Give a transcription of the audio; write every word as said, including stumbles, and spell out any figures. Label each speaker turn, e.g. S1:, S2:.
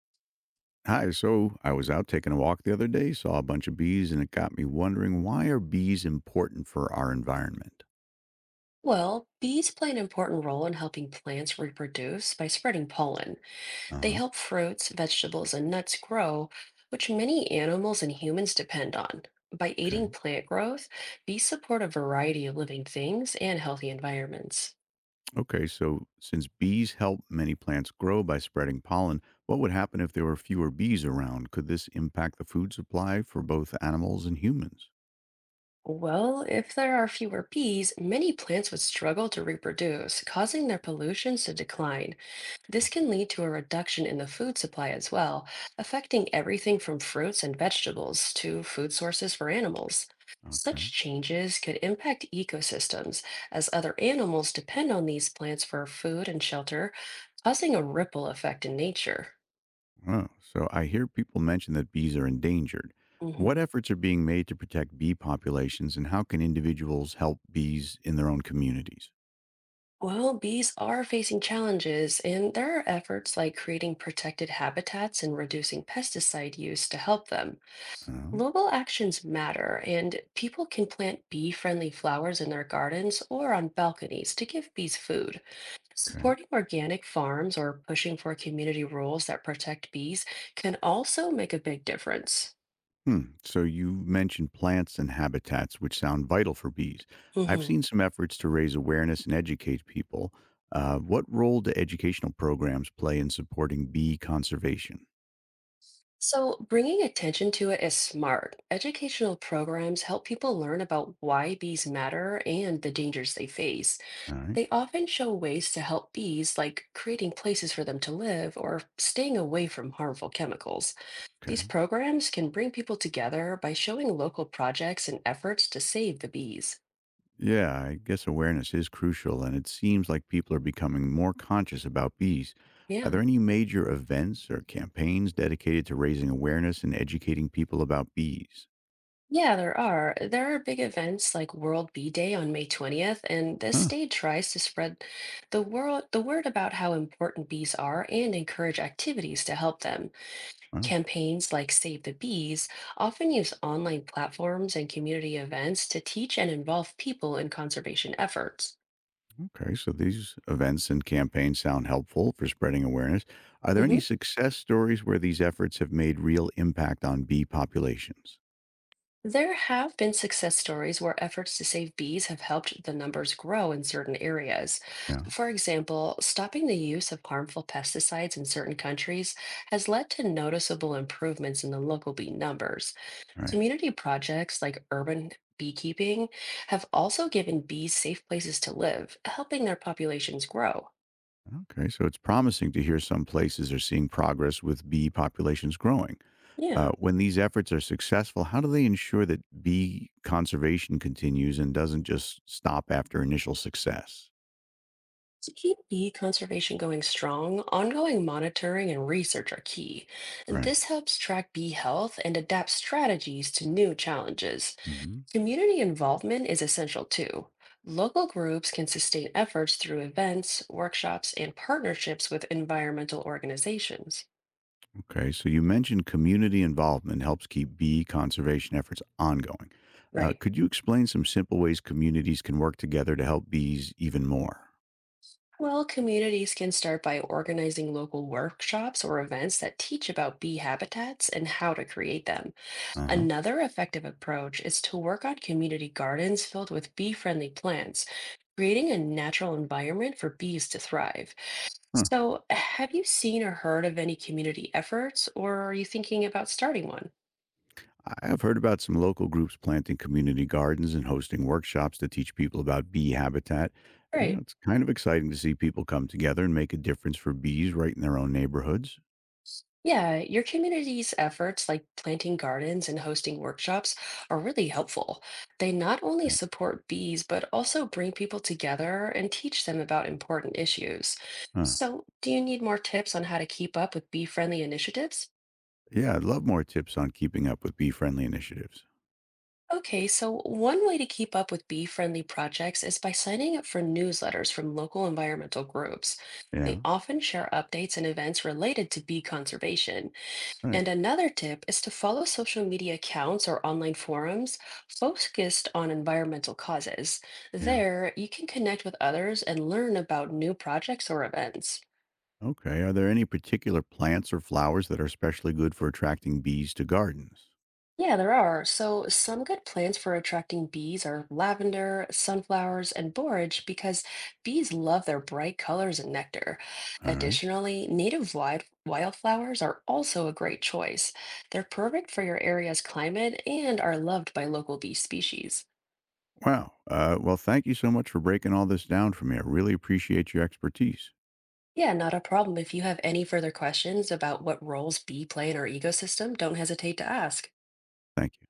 S1: Hi, so I was out taking a walk the other day, saw a bunch of bees, and it got me wondering, why are bees important for our environment?
S2: Well, bees play an important role in helping plants reproduce by spreading pollen.
S1: Uh
S2: They
S1: huh.
S2: help fruits, vegetables, and nuts grow, which many animals and humans depend on. By
S1: Okay.
S2: aiding plant growth, bees support a variety of living things and healthy environments.
S1: Okay, so since bees help many plants grow by spreading pollen, what would happen if there were fewer bees around? Could this impact the food supply for both animals and humans?
S2: Well, if there are fewer bees, many plants would struggle to reproduce, causing their pollutions to decline. This
S1: Okay.
S2: can lead to a reduction in the food supply as well, affecting everything from fruits and vegetables to food sources for animals.
S1: Okay.
S2: Such changes could impact ecosystems, as other animals depend on these plants for food and shelter, causing a ripple effect in nature.
S1: Oh, so I hear people mention that bees are endangered. What
S2: Mhm.
S1: efforts are being made to protect bee populations, and how can individuals help bees in their own communities?
S2: Well, bees are facing challenges, and there are efforts like creating protected habitats and reducing pesticide use to help them.
S1: Uh,
S2: Local actions matter, and people can plant bee-friendly flowers in their gardens or on balconies to give bees food.
S1: okay.
S2: Supporting organic farms or pushing for community rules that protect bees can also make a big difference.
S1: Hmm. So you mentioned plants and habitats, which sound vital for bees. I've
S2: Mhm.
S1: seen some efforts to raise awareness and educate people. Uh, what role do educational programs play in supporting bee conservation?
S2: So, bringing attention to it is smart. Educational programs help people learn about why bees matter and the dangers they face.
S1: All right.
S2: They often show ways to help bees, like creating places for them to live or staying away from harmful chemicals. These
S1: Okay.
S2: programs can bring people together by showing local projects and efforts to save the bees.
S1: Yeah, I guess awareness is crucial, and it seems like people are becoming more conscious about bees. Are there
S2: Yeah.
S1: any major events or campaigns dedicated to raising awareness and educating people about bees?
S2: Yeah, there are. There are big events like World Bee Day on May twentieth, and this
S1: Huh.
S2: day tries to spread the world the word about how important bees are and encourage activities to help them.
S1: Wow.
S2: Campaigns like Save the Bees often use online platforms and community events to teach and involve people in conservation efforts.
S1: Okay, so these events and campaigns sound helpful for spreading awareness. Are there any
S2: Mhm.
S1: success stories where these efforts have made real impact on bee populations?
S2: There have been success stories where efforts to save bees have helped the numbers grow in certain areas.
S1: Yeah.
S2: For example, stopping the use of harmful pesticides in certain countries has led to noticeable improvements in the local bee numbers.
S1: All right.
S2: Community projects like urban beekeeping have also given bees safe places to live, helping their populations grow.
S1: Okay, so it's promising to hear some places are seeing progress with bee populations growing. Uh,
S2: Yeah.
S1: when these efforts are successful, how do they ensure that bee conservation continues and doesn't just stop after initial success?
S2: To keep bee conservation going strong, ongoing monitoring and research are key.
S1: Right.
S2: This helps track bee health and adapt strategies to new challenges. Community involvement is essential too. Local groups can sustain efforts through events, workshops, and partnerships with environmental organizations.
S1: Okay, so you mentioned community involvement helps keep bee conservation efforts ongoing. Uh,
S2: Right.
S1: could you explain some simple ways communities can work together to help bees even more?
S2: Well, communities can start by organizing local workshops or events that teach about bee habitats and how to create them.
S1: Uh-huh.
S2: Another effective approach is to work on community gardens filled with bee-friendly plants, creating a natural environment for bees to thrive.
S1: Huh.
S2: So, have you seen or heard of any community efforts, or are you thinking about starting one?
S1: I have heard about some local groups planting community gardens and hosting workshops to teach people about bee habitat. And, you know,
S2: Right.
S1: it's kind of exciting to see people come together and make a difference for bees right in their own neighborhoods.
S2: Yeah, your community's efforts like planting gardens and hosting workshops are really helpful. They not only
S1: Uh,
S2: support bees, but also bring people together and teach them about important issues.
S1: Huh.
S2: So, do you need more tips on how to keep up with bee-friendly initiatives?
S1: Yeah, I'd love more tips on keeping up with bee-friendly initiatives.
S2: Okay, so one way to keep up with bee-friendly projects is by signing up for newsletters from local environmental groups. They
S1: Yeah,
S2: often share updates and events related to bee conservation.
S1: right.
S2: And another tip is to follow social media accounts or online forums focused on environmental causes.
S1: Yeah.
S2: There, you can connect with others and learn about new projects or events.
S1: Okay. Are there any particular plants or flowers that are especially good for attracting bees to gardens?
S2: Yeah, there are. So, some good plants for attracting bees are lavender, sunflowers, and borage because bees love their bright colors and nectar.
S1: All right.
S2: Additionally, native wild wildflowers are also a great choice. They're perfect for your area's climate and are loved by local bee species.
S1: Wow. Uh, well, thank you so much for breaking all this down for me. I really appreciate your expertise.
S2: Yeah, not a problem. If you have any further questions about what roles bee play in our ecosystem, don't hesitate to ask.
S1: Thank you.